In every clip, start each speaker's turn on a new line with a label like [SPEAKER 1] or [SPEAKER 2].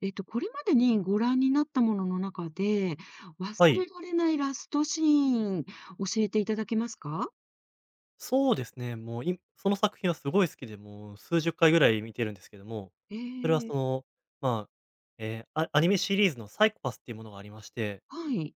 [SPEAKER 1] これまでにご覧になったものの中で、忘
[SPEAKER 2] はい、
[SPEAKER 1] れられないラストシーン、教えていただけますか？
[SPEAKER 2] そうですね。もう、その作品はすごい好きで、もう数十回ぐらい見てるんですけども、
[SPEAKER 1] え
[SPEAKER 2] それはそ
[SPEAKER 1] え、
[SPEAKER 2] の、まあ、アニメシリーズのサイコパスっていうものがありまして、
[SPEAKER 1] はい。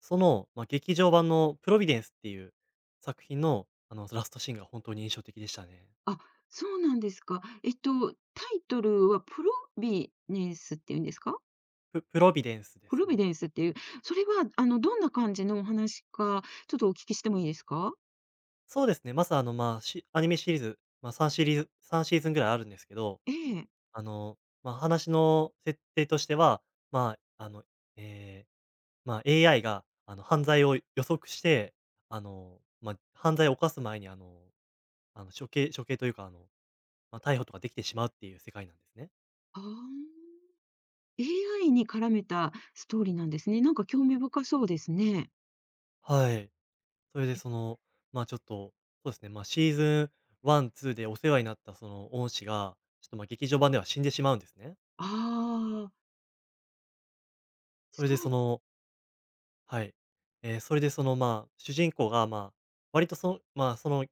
[SPEAKER 2] その、まあ、劇場版のプロビデンスっていう作品の、あの、ラストシーンが本当に印象的でしたね。
[SPEAKER 1] あ、そうなんですか。タイトルはプロビネンスっていうんですか？
[SPEAKER 2] プロビデンスで
[SPEAKER 1] プ
[SPEAKER 2] す
[SPEAKER 1] ロビ
[SPEAKER 2] ね。
[SPEAKER 1] デンスっていう、それは、どんな感じのお話か、ちょっとお聞きしてもいいですか？
[SPEAKER 2] そうですね、まずあの、まあ、アニメシリーズ、まあ、3シーズンぐらいあるんですけど、
[SPEAKER 1] ええ。
[SPEAKER 2] あの、まあ、話の設定としては、まあ、あの、ええまあ、AI が、あの、犯罪を予測して、あの、まあ、犯罪を犯す前に、あの、処刑というか、あの、まあ、逮捕とかできてしまうっていう世界なんですね。
[SPEAKER 1] ああ、AI に絡めたストーリーなんですね。なんか興味深そうですね。
[SPEAKER 2] はい。それで、その、ま、ちょっと、そうですね、ま、シーズン1、2でお世話になったその恩師が、ちょっと、ま、劇場版では死んでしまうんですね。
[SPEAKER 1] ああ、
[SPEAKER 2] それ
[SPEAKER 1] そ
[SPEAKER 2] で、そ
[SPEAKER 1] う、
[SPEAKER 2] の、はい。ええ、それで、その、まあ、主人公が、まあ、割とそのまあ、その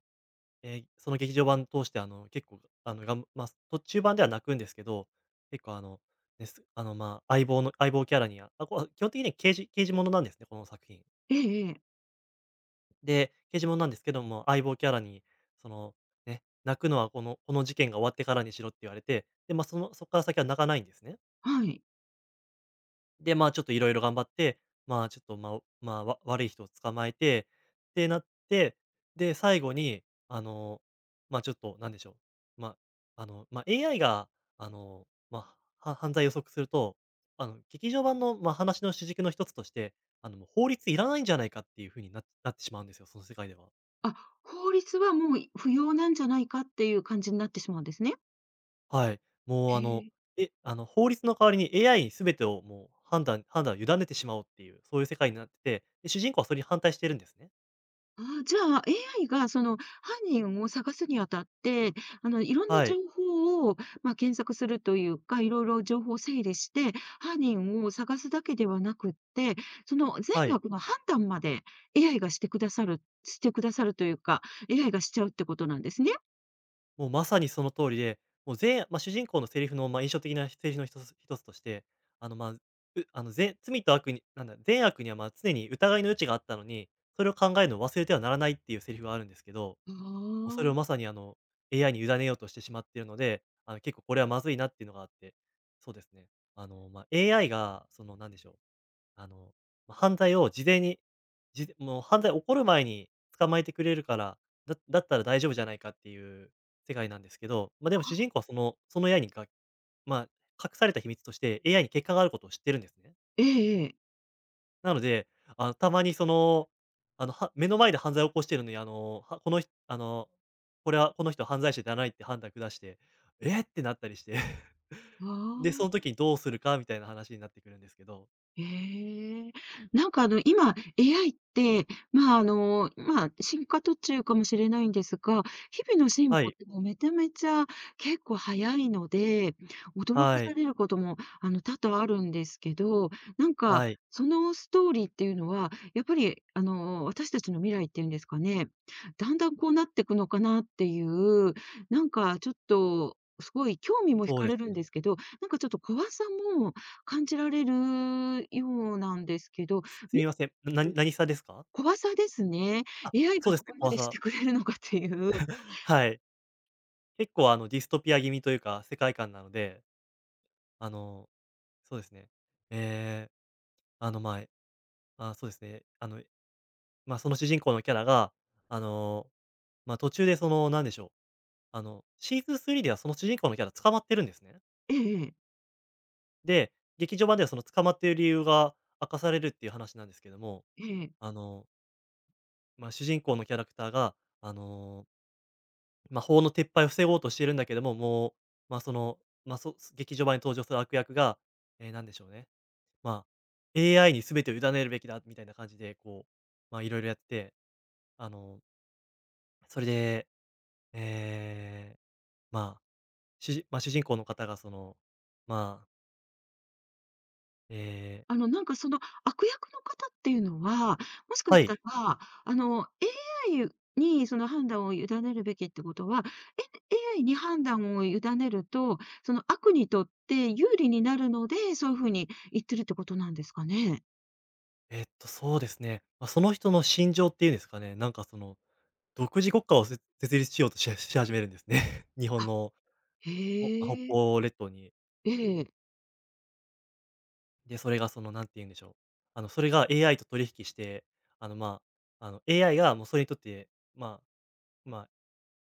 [SPEAKER 2] えーその劇場版通して、あの、結構、あの、まあ、途中版では泣くんですけど、結構あの、です、あの、まあ、相棒キャラに、こう、基本的には刑事ものなんですね、この作品。
[SPEAKER 1] ええええ、
[SPEAKER 2] で、刑事ものなんですけども、相棒キャラに、その、ね、泣くのはこの事件が終わってからにしろって言われて、で、まあ、そこから先は泣かないんですね。
[SPEAKER 1] はい。
[SPEAKER 2] で、まあ、ちょっといろいろ頑張って、まあ、ちょっと、まあ、まあ、悪い人を捕まえてってなって、で、最後に、あの、まあ、ちょっとなんでしょう、まあ、あの、ま、AI が、あの、まあ、犯罪を予測すると、あの、劇場版の、まあ、話の主軸の一つとして、あの、もう法律いらないんじゃないかっていう風になってしまうんですよ、その世界では。
[SPEAKER 1] あ、法律はもう不要なんじゃないかっていう感じになってしまうんですね。
[SPEAKER 2] はい。もう、
[SPEAKER 1] へ
[SPEAKER 2] あの、
[SPEAKER 1] え。
[SPEAKER 2] あの、法律の代わりに AI に全てをもう判断を委ねてしまおうっていう、そういう世界になってて、で、主人公はそれに反対してるんですね。
[SPEAKER 1] ああ、じゃあ、AI がその犯人を探すにあたって、いろんな
[SPEAKER 2] は
[SPEAKER 1] 情
[SPEAKER 2] い、
[SPEAKER 1] 報を、まあ、検索するというか、いろいろ情報を整理して、犯人を探すだけではなくって、その全
[SPEAKER 2] はい。
[SPEAKER 1] 額の判断まで AI がしてくださるというか、AI がしちゃうってことなんですね。
[SPEAKER 2] もうまさにその通りで、もう、まあ、主人公のセリフの、まあ、印象的なセリフの一つ一つとして、あの、まあ、あの、善罪と悪になんだ、善悪には、ま、常に疑いの余地があったのに、それを考えるのを忘れてはならないっていうセリフがあるんですけど、
[SPEAKER 1] あ
[SPEAKER 2] もうそれをま
[SPEAKER 1] あ。
[SPEAKER 2] さに、あの、AI に委ねようとしてしまっているので、あの、結構これはまずいなっていうのがあって、そうですね。あの、まあ、AI が、その、なんでしょう、あの、ま、犯罪を事前に、もう犯罪起こる前に捕まえてくれるから、だったら大丈夫じゃないかっていう世界なんですけど、まあ、でも主人公はその AI まあ、隠された秘密として AI に欠陥があることを知ってるんですね。
[SPEAKER 1] ええええ。
[SPEAKER 2] なので、あの、たまにその、あの、目の前で犯罪を起こしてるのに、あの、はこの人あの、これはこの人は犯罪者じゃないって判断下して、ええってなったりして。
[SPEAKER 1] あ
[SPEAKER 2] で、その
[SPEAKER 1] あ。
[SPEAKER 2] 時にどうするかみたいな話になってくるんですけど。
[SPEAKER 1] ええ。なんかあの、今、AI って、まあ、あの、まあ、進化途中かもしれないんですが、日々の進
[SPEAKER 2] は
[SPEAKER 1] 歩っ
[SPEAKER 2] い、
[SPEAKER 1] てもうめちゃめちゃ結構早いので、驚か
[SPEAKER 2] は
[SPEAKER 1] さ
[SPEAKER 2] い、
[SPEAKER 1] れることも、多々あるんですけど、なんか、
[SPEAKER 2] はい。
[SPEAKER 1] そのストーリーっていうのは、やっぱり、私たちの未来っていうんですかね、だんだんこうなっていくのかなっていう、なんかちょっと、すごい興味も惹
[SPEAKER 2] そう
[SPEAKER 1] か
[SPEAKER 2] で
[SPEAKER 1] れ
[SPEAKER 2] す
[SPEAKER 1] るんで
[SPEAKER 2] ね。
[SPEAKER 1] すけど、なんかちょっと怖さ感じられるようなんですけど、
[SPEAKER 2] すみ
[SPEAKER 1] み
[SPEAKER 2] ません。何さですか？
[SPEAKER 1] 怖さですね。
[SPEAKER 2] あ、
[SPEAKER 1] AI
[SPEAKER 2] そ
[SPEAKER 1] が
[SPEAKER 2] うです
[SPEAKER 1] そ
[SPEAKER 2] ね、
[SPEAKER 1] こま
[SPEAKER 2] 怖
[SPEAKER 1] でし
[SPEAKER 2] さ。
[SPEAKER 1] てくれるのかっていう。
[SPEAKER 2] はい。結構あのディストピア気味というか、世界観なので、あの、そうですね。ええ、あの、まあ、あ、そうですね。あの、まあ、その主人公のキャラが、あの、まあ、途中でその、なんでしょう、あの、シーズン3ではその主人公のキャラ捕まってるんですね。
[SPEAKER 1] ええええ。
[SPEAKER 2] で、劇場版ではその捕まっている理由が明かされるっていう話なんですけども、
[SPEAKER 1] ええ。
[SPEAKER 2] あの、まあ、主人公のキャラクターが、あのまあ、法の撤廃を防ごうとしているんだけども、もう、まあ、その、まあ、劇場版に登場する悪役が、なんでしょうね、まあ、AI に全てを委ねるべきだみたいな感じで、こう、まあ、いろいろやって、あの、それで、えーまあ、まあ、主人公の方がその、まあ、えー
[SPEAKER 1] あの、なんかその悪役の方っていうのは、もしか
[SPEAKER 2] は
[SPEAKER 1] し
[SPEAKER 2] い、
[SPEAKER 1] たら、あの、AI にその判断を委ねるべきってことは、AI に判断を委ねると、その悪にとって有利になるので、そういう風に言ってるってことなんですかね？
[SPEAKER 2] そうですね、まあ、その人の心情っていうんですかね、なんかその、独自国家を設立しようとし始めるんですね。日
[SPEAKER 1] あ、
[SPEAKER 2] 本の、北
[SPEAKER 1] へえ。
[SPEAKER 2] 方列島に。
[SPEAKER 1] ええ、
[SPEAKER 2] で、それがその、なんて言うんでしょう、あの、それが AI と取引して、あの、まあ、あの、AI がもうそれにとって、まあ、まあ、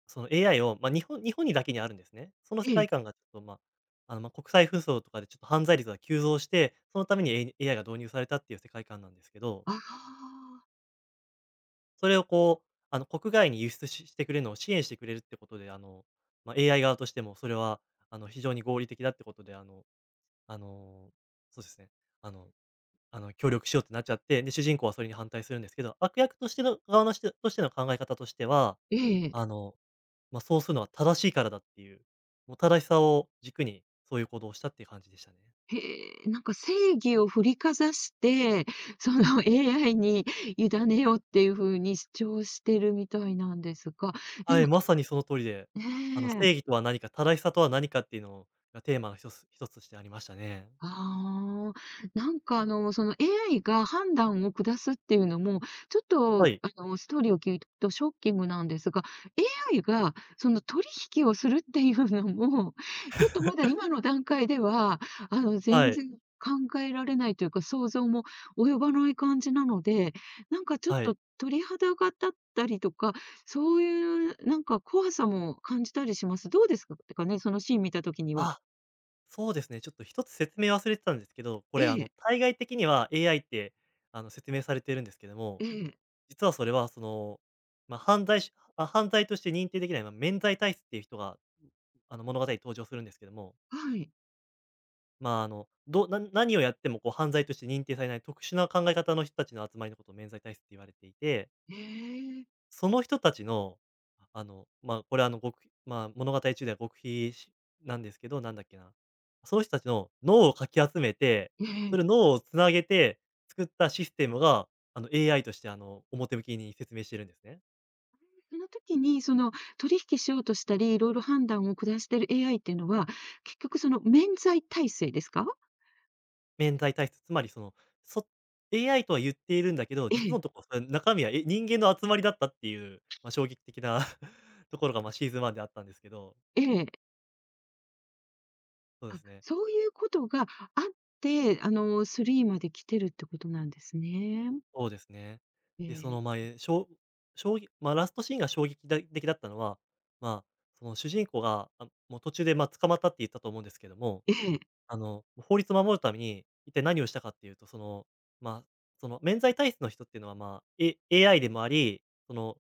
[SPEAKER 2] その AI を、まあ、日本にだけにあるんですね。その世
[SPEAKER 1] ええ。
[SPEAKER 2] 界観がちょっと、まあ、あの、まあ、国際紛争とかでちょっと犯罪率が急増して、そのために、AI が導入されたっていう世界観なんですけど、
[SPEAKER 1] ああ。
[SPEAKER 2] それをこう、あの、国外に輸出してくれるのを支援してくれるってことで、あの、まあ、AI 側としてもそれは、あの、非常に合理的だってことで、あの、そうですね、あのあの、協力しようってなっちゃって、で、主人公はそれに反対するんですけど、悪役としての側のしてとしての考え方としては、
[SPEAKER 1] ええ。
[SPEAKER 2] あの、まあ、そうするのは正しいからだっていう、もう正しさを軸にそういう行動をしたっていう感じでしたね。
[SPEAKER 1] へえ、なんか正義を振りかざして、その AI に委ねようっていう風に主張してるみたいなんですが、で
[SPEAKER 2] はい、
[SPEAKER 1] も
[SPEAKER 2] まさにその通りで、あの、
[SPEAKER 1] ね、
[SPEAKER 2] 正義とは何か、正しさとは何かっていうのがテーマの一つ一つとしてありましたね。
[SPEAKER 1] ああ、なんかあの、その AI が判断を下すっていうのも、ちょっと
[SPEAKER 2] はい、
[SPEAKER 1] あの、ストーリーを聞いくとショッキングなんですが、AI がその取引をするっていうのも、ちょっとまだ今の段階では、
[SPEAKER 2] は
[SPEAKER 1] 全
[SPEAKER 2] い、
[SPEAKER 1] 然考えられないというか、想像も及ばない感じなので、なんかちょっ
[SPEAKER 2] は
[SPEAKER 1] と
[SPEAKER 2] い。
[SPEAKER 1] 鳥肌が立ったりとか、そういうなんか怖さも感じたりします。どうですかかね、そのシーン見た時には。
[SPEAKER 2] あ、そうですね、ちょっと一つ説明忘れてたんですけど、こ
[SPEAKER 1] え
[SPEAKER 2] れあの、
[SPEAKER 1] え、
[SPEAKER 2] 対外的には AI ってあの、説明されてるんですけども、
[SPEAKER 1] ええ、
[SPEAKER 2] 実はそれは、その、まあ、犯罪として認定できない、まあ、免罪体質っていう人が、あの、物語に登場するんですけども、
[SPEAKER 1] はい。
[SPEAKER 2] まあ、あの、何をやってもこう犯罪として認定されない特殊な考え方の人たちの集まりのことを免罪体質って言われていて、
[SPEAKER 1] ええ、ええ。
[SPEAKER 2] その人たちの、あの、まあ、これはあの、まあ、物語中では極秘なんですけど、なんだっけな、その人たちの脳をかき集めて、それを 脳をつなげて作ったシステムが、あの、AI として、あの、表向きに説明してるんですね。
[SPEAKER 1] その時に、その、取引しようとしたり、いろいろ判断を下してる AI っていうのは、結局その免罪体制ですか？
[SPEAKER 2] 免罪体質、つまりその、そ AI とは言っているんだけど、
[SPEAKER 1] え
[SPEAKER 2] 実の
[SPEAKER 1] え、
[SPEAKER 2] ところ、それ中身は、人間の集まりだったっていう、ま、衝撃的な ところが、ま、シーズン1であったんですけど、
[SPEAKER 1] ええ。
[SPEAKER 2] そうで
[SPEAKER 1] あ、
[SPEAKER 2] すね。
[SPEAKER 1] そういうことがあって、あの、3まで来てるってことなんですね。
[SPEAKER 2] そうですね。で、そ
[SPEAKER 1] え
[SPEAKER 2] の、
[SPEAKER 1] え、
[SPEAKER 2] ま、え、しょうしょうぎま、ラストシーンが衝撃だ的だったのは、まあ、その主人公が、もう途中で、捕まったって言ったと思うんですけども、
[SPEAKER 1] ええ。
[SPEAKER 2] 法律を守るために一体何をしたかっていうと、まあ、その免罪体質の人っていうのは、AI でもあり、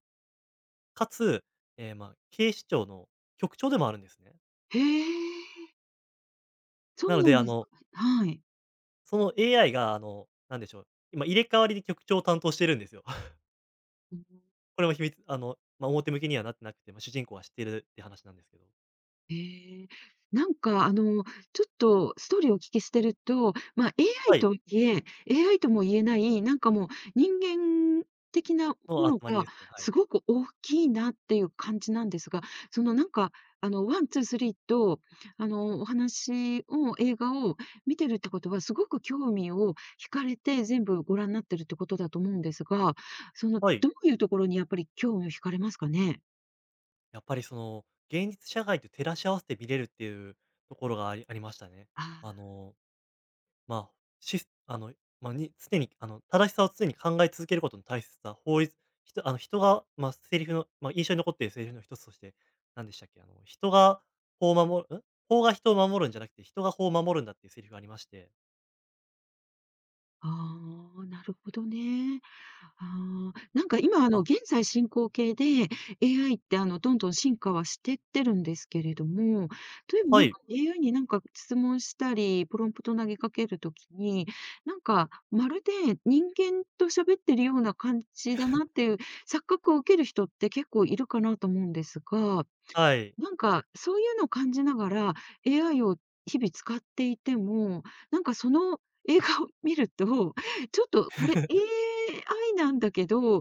[SPEAKER 2] かつ、え、まあ、警視庁の局長でもあるんですね。
[SPEAKER 1] へえ、そ
[SPEAKER 2] な
[SPEAKER 1] う
[SPEAKER 2] の
[SPEAKER 1] な
[SPEAKER 2] で、
[SPEAKER 1] んですか。はい。
[SPEAKER 2] その AI が、なんでしょう、今入れ替わりで局長を担当してるんですよ。これも秘密あの、まあ、表向きにはなってなくて、まあ、主人公は知ってるって話なんですけど。
[SPEAKER 1] ええ、なんかあの、ちょっとストーリーをお聞きしてると、まあ、
[SPEAKER 2] は
[SPEAKER 1] AI
[SPEAKER 2] い、
[SPEAKER 1] とはいえエーアイとも言えない、なんかもう人間的なも
[SPEAKER 2] の集
[SPEAKER 1] の
[SPEAKER 2] まりで
[SPEAKER 1] が
[SPEAKER 2] すね、はい。
[SPEAKER 1] すごく大きいなっていう感じなんですが、そのなんか、ワンツースリーと、お話を映画を見てるってことは、すごく興味を惹かれて全部ご覧になってるってことだと思うんですが、その、
[SPEAKER 2] はい。
[SPEAKER 1] どういうところにやっぱり興味を惹かれますかね？
[SPEAKER 2] やっぱりその、現実社会と照らし合わせて見れるっていうところがありましたね。
[SPEAKER 1] あ
[SPEAKER 2] あのまあ、しすあの、常に、正しさを常に考え続けることの大切さ、法律ひとあの、人が、まあ、セリフの、まあ、印象に残っているセリフの一つとして、何でしたっけ、あの、人が法を守るん？法が人を守るんじゃなくて、人が法を守るんだっていうセリフがありまして。
[SPEAKER 1] あ、ああ、なるほどね。ああ、なんか今、
[SPEAKER 2] あ、
[SPEAKER 1] 現在進行形で AI って、どんどん進化はしてってるんですけれども、例えば
[SPEAKER 2] は
[SPEAKER 1] なん
[SPEAKER 2] い、
[SPEAKER 1] か AI になんか質問したり、プロンプト投げかけるときに、なんか、まるで人間と喋ってるような感じだなっていう錯覚を受ける人って結構いるかなと思うんですが、
[SPEAKER 2] はい。
[SPEAKER 1] なんか、そういうのを感じながら、AI を日々使っていても、なんかその映画を見ると、ちょっとこれ AI なんだけど、ほ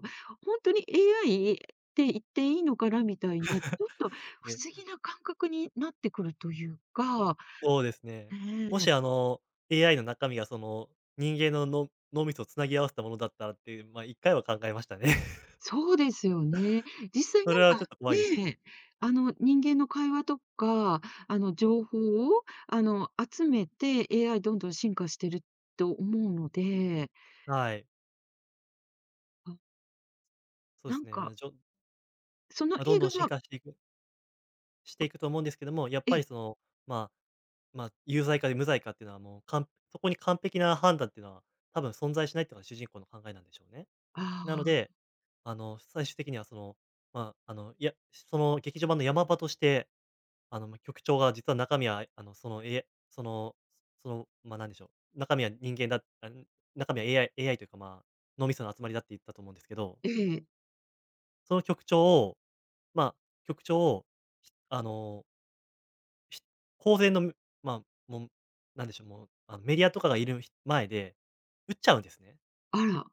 [SPEAKER 1] んとに AI って言っていいのかなみたいな、ちょっと不
[SPEAKER 2] ね、
[SPEAKER 1] 思議な感覚になってくるというか、
[SPEAKER 2] そうですね。
[SPEAKER 1] ね
[SPEAKER 2] も
[SPEAKER 1] え。
[SPEAKER 2] し、あの、AI の中身が、その、人間の脳みそをつなぎ合わせたものだったらっていう、まあ、一回は考えましたね。
[SPEAKER 1] そうですよね。実際
[SPEAKER 2] そ
[SPEAKER 1] な
[SPEAKER 2] れ
[SPEAKER 1] ん
[SPEAKER 2] はちょっ
[SPEAKER 1] か、
[SPEAKER 2] と怖いですよね。
[SPEAKER 1] ね、人間の会話とか、情報を、集めて AI どんどん進化してると思うので、
[SPEAKER 2] はい。
[SPEAKER 1] あ、
[SPEAKER 2] そう
[SPEAKER 1] な
[SPEAKER 2] です
[SPEAKER 1] ん
[SPEAKER 2] ね、
[SPEAKER 1] か、その
[SPEAKER 2] まあ、どん
[SPEAKER 1] 映
[SPEAKER 2] どん
[SPEAKER 1] 画
[SPEAKER 2] 進
[SPEAKER 1] は、
[SPEAKER 2] 化していくしていくと思うんですけども、やっぱ
[SPEAKER 1] え、
[SPEAKER 2] りその、まあ、まあ、有罪か無罪かっていうのはもう、そこに完璧な判断っていうのは多分存在しないっていうのが主人公の考えなんでしょうね。
[SPEAKER 1] あ
[SPEAKER 2] なので、
[SPEAKER 1] あ、
[SPEAKER 2] 最終的にはその、その劇場版の山場として、局長が実は中身は、あの、その、えその、その、まあ、なんでしょう、中身は人間だあ、ん、中身は AI というか、まあ、脳みその集まりだって言ったと思うんですけど、
[SPEAKER 1] ええ、
[SPEAKER 2] その局長を、まあ、局長を、ひあのひ公然の、むまあ、もう、なんでしょう、もう、あの、メディアとかがいる前で撃っちゃうんですね。
[SPEAKER 1] あら、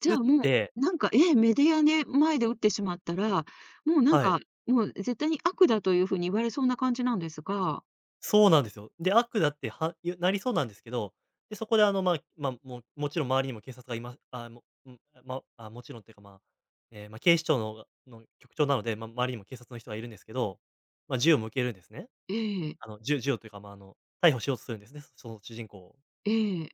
[SPEAKER 1] じ
[SPEAKER 2] 撃
[SPEAKER 1] ゃ
[SPEAKER 2] っ
[SPEAKER 1] あ
[SPEAKER 2] て
[SPEAKER 1] もう、なんか、ええ、メディアで前で打ってしまったら、もうなん
[SPEAKER 2] はい、
[SPEAKER 1] か、もう絶対に悪だというふうに言われそうな感じなんですが、
[SPEAKER 2] そうなんですよ。で、悪だってなりそうなんですけど、で、そこでもちろん周りにも警察がいますあ、もうん、ま、あ、もちろんっていうか、まあ、ええ、ま、警視庁の局長なので、ま、周りにも警察の人がいるんですけど、ま、銃を向けるんですね。
[SPEAKER 1] ええ、
[SPEAKER 2] あの、銃をというか、ま、あの、逮捕しようとするんですね、その主人公を。
[SPEAKER 1] ええ、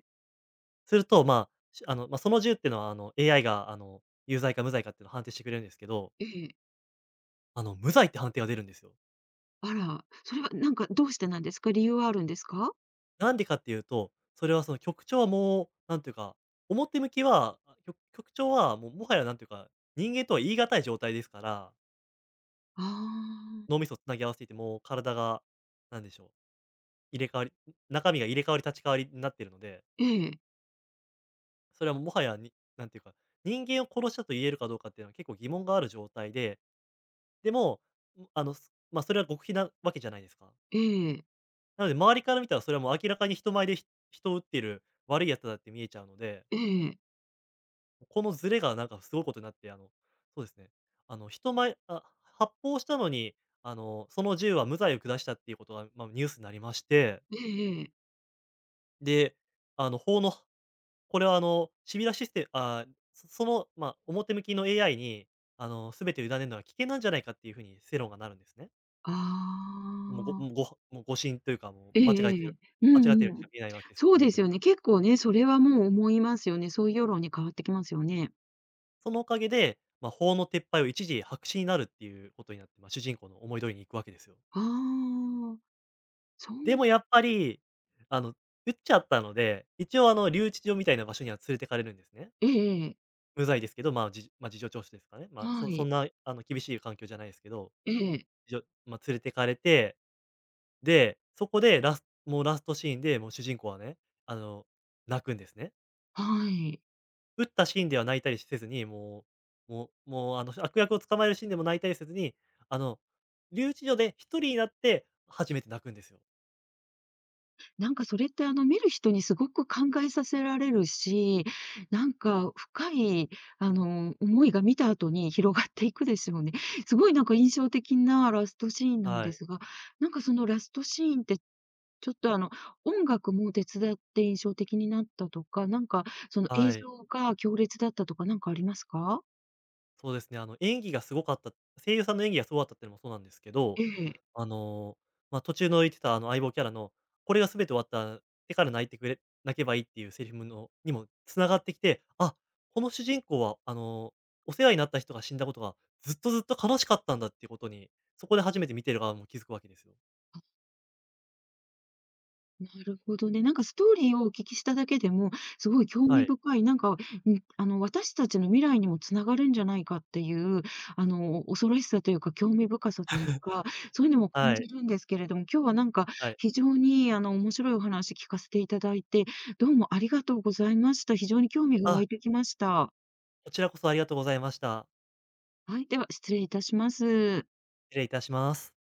[SPEAKER 2] すると、まあ、しあの、まあ、その銃っていうのは、あの、AI が、あの、有罪か無罪かっていうのを判定してくれるんですけど、
[SPEAKER 1] ええ、
[SPEAKER 2] あの、無罪って判定が出るんですよ。
[SPEAKER 1] あら、それはなんかどうしてなんですか？理由はあるんですか？
[SPEAKER 2] なんでかっていうと、それはその局長はもう、なんていうか、表向きは、局長はもうもはやなんていうか、人間とは言い難い状態ですから、
[SPEAKER 1] あ
[SPEAKER 2] 脳み
[SPEAKER 1] あ、
[SPEAKER 2] そをつなぎ合わせていて、もう体が、なんでしょう、入れ替わり中身が入れ替わり立ち替わりになってるので、
[SPEAKER 1] ええ、
[SPEAKER 2] それはもうもはや、なんていうか、人間を殺したと言えるかどうかっていうのは結構疑問がある状態で、でも、ん、あの、すまあ、それは極秘なわけじゃないですか。
[SPEAKER 1] ええ、
[SPEAKER 2] なので、周りから見たらそれはもう明らかに人前で人を撃っている悪いやつだって見えちゃうので、
[SPEAKER 1] ええ、
[SPEAKER 2] このズレがなんかすごいことになって、あの、そうですね、あの、人前あ、発砲したのに、あの、その銃は無罪を下したっていうことが、まあ、ニュースになりまして、
[SPEAKER 1] ええええ。
[SPEAKER 2] で、あの、法のこれはあの、シビラシステムあ、そその、まあ、表向きの AI に、あの、全てを委ねるのは危険なんじゃないかっていう風に世論がなるんですね。
[SPEAKER 1] あ
[SPEAKER 2] もう、ごもう、
[SPEAKER 1] あ、
[SPEAKER 2] ごもう誤信というか、もう
[SPEAKER 1] え
[SPEAKER 2] 間違えて
[SPEAKER 1] ええ
[SPEAKER 2] る
[SPEAKER 1] え。う
[SPEAKER 2] 間違えて
[SPEAKER 1] ん
[SPEAKER 2] る
[SPEAKER 1] う
[SPEAKER 2] し
[SPEAKER 1] ん。
[SPEAKER 2] か見えないわけですから、
[SPEAKER 1] そうで
[SPEAKER 2] 表
[SPEAKER 1] す
[SPEAKER 2] 向き
[SPEAKER 1] よね。
[SPEAKER 2] は。
[SPEAKER 1] 結構ね、それはもう思いますよね。そういう世論に変わってきますよね。
[SPEAKER 2] そのおかげで、ま、法の撤廃を一時白紙になるっていうことになって、ま、主人公の思い通りにいくわけですよ。
[SPEAKER 1] ああ、そう
[SPEAKER 2] で
[SPEAKER 1] な
[SPEAKER 2] もやっぱり、あの、撃っちゃったので、一応あの、留置場みたいな場所には連れてかれるんですね。
[SPEAKER 1] ん、ええ。
[SPEAKER 2] 無罪ですけど、事情聴取ですかね。まあ、
[SPEAKER 1] は
[SPEAKER 2] そん
[SPEAKER 1] い。
[SPEAKER 2] なあの、厳しい環境じゃないですけど、
[SPEAKER 1] ええ、
[SPEAKER 2] じょま、連れてかれて、で、そこでラストシーンで、もう主人公はね、あの、泣くんですね。
[SPEAKER 1] はい。
[SPEAKER 2] 撃ったシーンでは泣いたりせずに、もうもうもう、あの、悪役を捕まえるシーンでも泣いたりせずに、あの、留置所で一人になって初めて泣くんですよ。
[SPEAKER 1] なんかそれってあの見る人にすごく考えさせられるし、なんか深いあの思いが見た後に広がっていくですよね。すごいなんか印象的なラストシーンなん
[SPEAKER 2] は
[SPEAKER 1] で
[SPEAKER 2] い。
[SPEAKER 1] すが、なんかそのラストシーンってちょっとあの音楽も手伝って印象的になったとか、なんかその映
[SPEAKER 2] はい。
[SPEAKER 1] 像が強烈だったとかなんかありますか？
[SPEAKER 2] そうですね、あの、演技がすごかった声優さんの演技がすごかったっていうのもそうなんですけど、
[SPEAKER 1] ええ。
[SPEAKER 2] あの、まあ、途中の言ってたあの、相棒キャラの「これが全て終わった手から泣けばいい」っていうセリフにも繋がってきて、あ、この主人公は、あの、お世話になった人が死んだことがずっとずっと悲しかったんだっていうことに、そこで初めて見てる側も気づくわけですよ。
[SPEAKER 1] なるほどね。なんかストーリーをお聞きしただけでも、すごい興
[SPEAKER 2] は
[SPEAKER 1] 味
[SPEAKER 2] い、
[SPEAKER 1] 深い、なんか、ん、私たちの未来にもつながるんじゃないかっていう、恐ろしさというか、興味深さというか、そういうのも感
[SPEAKER 2] はい、
[SPEAKER 1] じるんですけれども、今日はなんか
[SPEAKER 2] はい。
[SPEAKER 1] 非常に、面白いお話聞かせていただいて、どうもありがとうございました。非常に興味が
[SPEAKER 2] あ、
[SPEAKER 1] 湧いてきました。
[SPEAKER 2] こちらこそありがとうございました。
[SPEAKER 1] はい、では失礼いたします。
[SPEAKER 2] 失礼いたします。